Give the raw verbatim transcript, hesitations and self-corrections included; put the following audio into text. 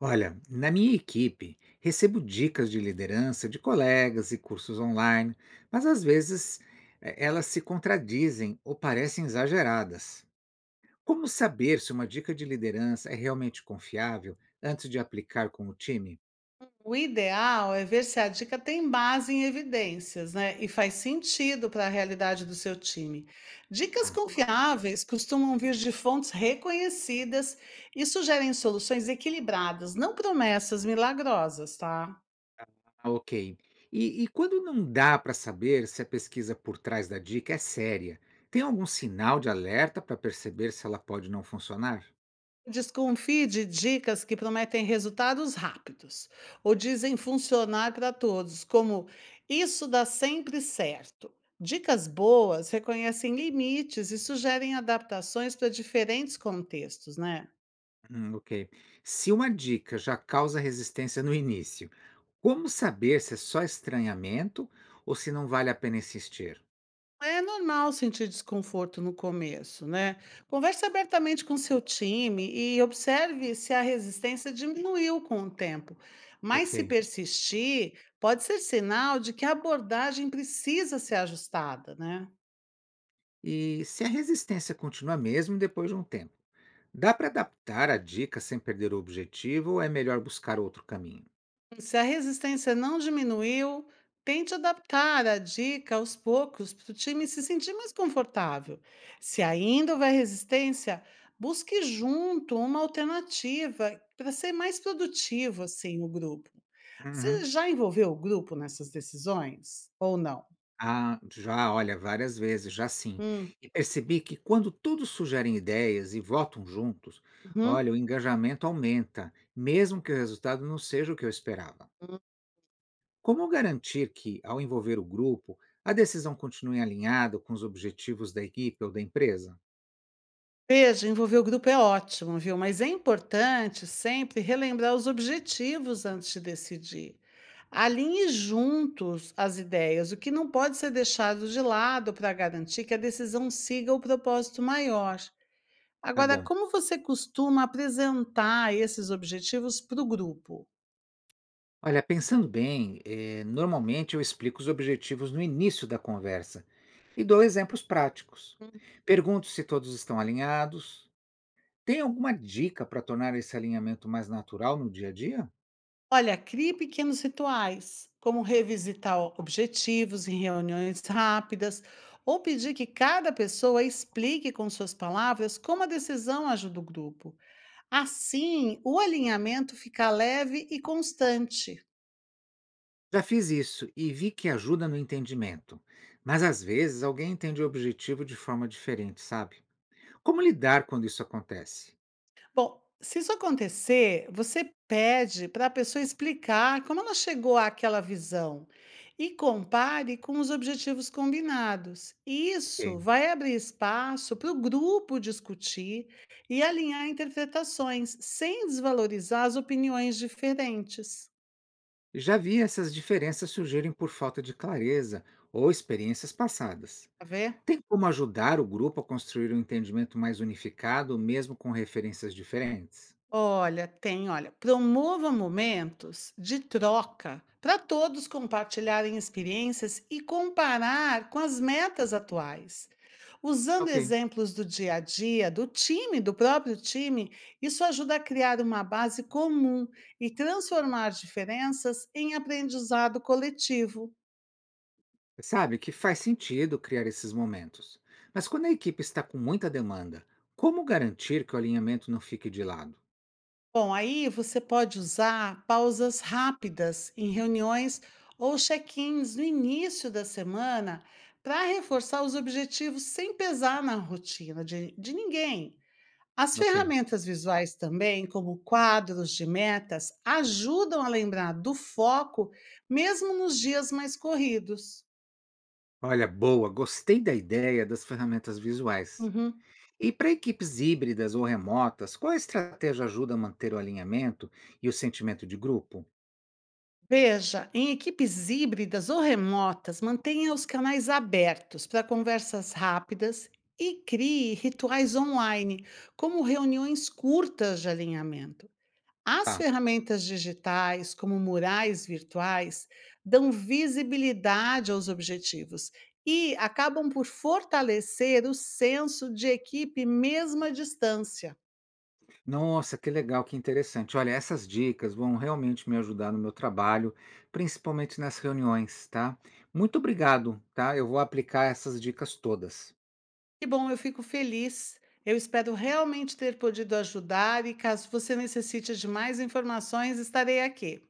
Olha, na minha equipe, recebo dicas de liderança de colegas e cursos online, mas às vezes eh, elas se contradizem ou parecem exageradas. Como saber se uma dica de liderança é realmente confiável antes de aplicar com o time? O ideal é ver se a dica tem base em evidências, né? E faz sentido para a realidade do seu time. Dicas Ah, confiáveis costumam vir de fontes reconhecidas e sugerem soluções equilibradas, não promessas milagrosas, tá? ok. E, e quando não dá para saber se a pesquisa por trás da dica é séria, tem algum sinal de alerta para perceber se ela pode não funcionar? Desconfie de dicas que prometem resultados rápidos ou dizem funcionar para todos, como isso dá sempre certo. Dicas boas reconhecem limites e sugerem adaptações para diferentes contextos, né? Hum, ok. Se uma dica já causa resistência no início, como saber se é só estranhamento ou se não vale a pena insistir? É normal sentir desconforto no começo, né? Converse abertamente com seu time e observe se a resistência diminuiu com o tempo. Mas se Ok. persistir, pode ser sinal de que a abordagem precisa ser ajustada, né? E se a resistência continua mesmo depois de um tempo? Dá para adaptar a dica sem perder o objetivo ou é melhor buscar outro caminho? Se a resistência não diminuiu, tente adaptar a dica aos poucos para o time se sentir mais confortável. Se ainda houver resistência, busque junto uma alternativa para ser mais produtivo assim o grupo. Você Uhum. já envolveu o grupo nessas decisões ou não? Ah, já, olha, várias vezes, já sim. Hum, E percebi que quando todos sugerem ideias e votam juntos, uhum, olha, o engajamento aumenta, mesmo que o resultado não seja o que eu esperava. Como garantir que, ao envolver o grupo, a decisão continue alinhada com os objetivos da equipe ou da empresa? veja, envolver o grupo é ótimo, viu? Mas é importante sempre relembrar os objetivos antes de decidir. Alinhe juntos as ideias, o que não pode ser deixado de lado para garantir que a decisão siga o propósito maior. Tá Agora, bom. como você costuma apresentar esses objetivos para o grupo? Olha, pensando bem, eh, normalmente eu explico os objetivos no início da conversa e dou exemplos práticos. Pergunto se todos estão alinhados. Tem alguma dica para tornar esse alinhamento mais natural no dia a dia? Olha, crie pequenos rituais, como revisitar o- objetivos em reuniões rápidas ou pedir que cada pessoa explique com suas palavras como a decisão ajuda o grupo. Assim, o alinhamento fica leve e constante. Já fiz isso e vi que ajuda no entendimento, mas às vezes alguém entende o objetivo de forma diferente, sabe? Como lidar quando isso acontece? Bom, se isso acontecer, você pede para a pessoa explicar como ela chegou àquela visão e compare com os objetivos combinados. Isso Ok. vai abrir espaço para o grupo discutir e alinhar interpretações, sem desvalorizar as opiniões diferentes. Já vi essas diferenças surgirem por falta de clareza ou experiências passadas. Tá vendo? Tem como ajudar o grupo a construir um entendimento mais unificado, mesmo com referências diferentes? Olha, tem, olha, promova momentos de troca para todos compartilharem experiências e comparar com as metas atuais. Usando Ok. exemplos do dia a dia, do time, do próprio time, isso ajuda a criar uma base comum e transformar diferenças em aprendizado coletivo. Sabe que faz sentido criar esses momentos. Mas quando a equipe está com muita demanda, como garantir que o alinhamento não fique de lado? Bom, aí você pode usar pausas rápidas em reuniões ou check-ins no início da semana para reforçar os objetivos sem pesar na rotina de, de ninguém. As Ok. ferramentas visuais também, como quadros de metas, ajudam a lembrar do foco mesmo nos dias mais corridos. Olha, boa, gostei da ideia das ferramentas visuais. Uhum. E para equipes híbridas ou remotas, qual a estratégia ajuda a manter o alinhamento e o sentimento de grupo? Veja, em equipes híbridas ou remotas, mantenha os canais abertos para conversas rápidas e crie rituais online, como reuniões curtas de alinhamento. As Tá. ferramentas digitais, como murais virtuais, dão visibilidade aos objetivos e acabam por fortalecer o senso de equipe mesmo à distância. Nossa, que legal, que interessante. Olha, essas dicas vão realmente me ajudar no meu trabalho, principalmente nas reuniões, tá? Muito obrigado, tá? Eu vou aplicar essas dicas todas. Que bom, eu fico feliz. Eu espero realmente ter podido ajudar e caso você necessite de mais informações, estarei aqui.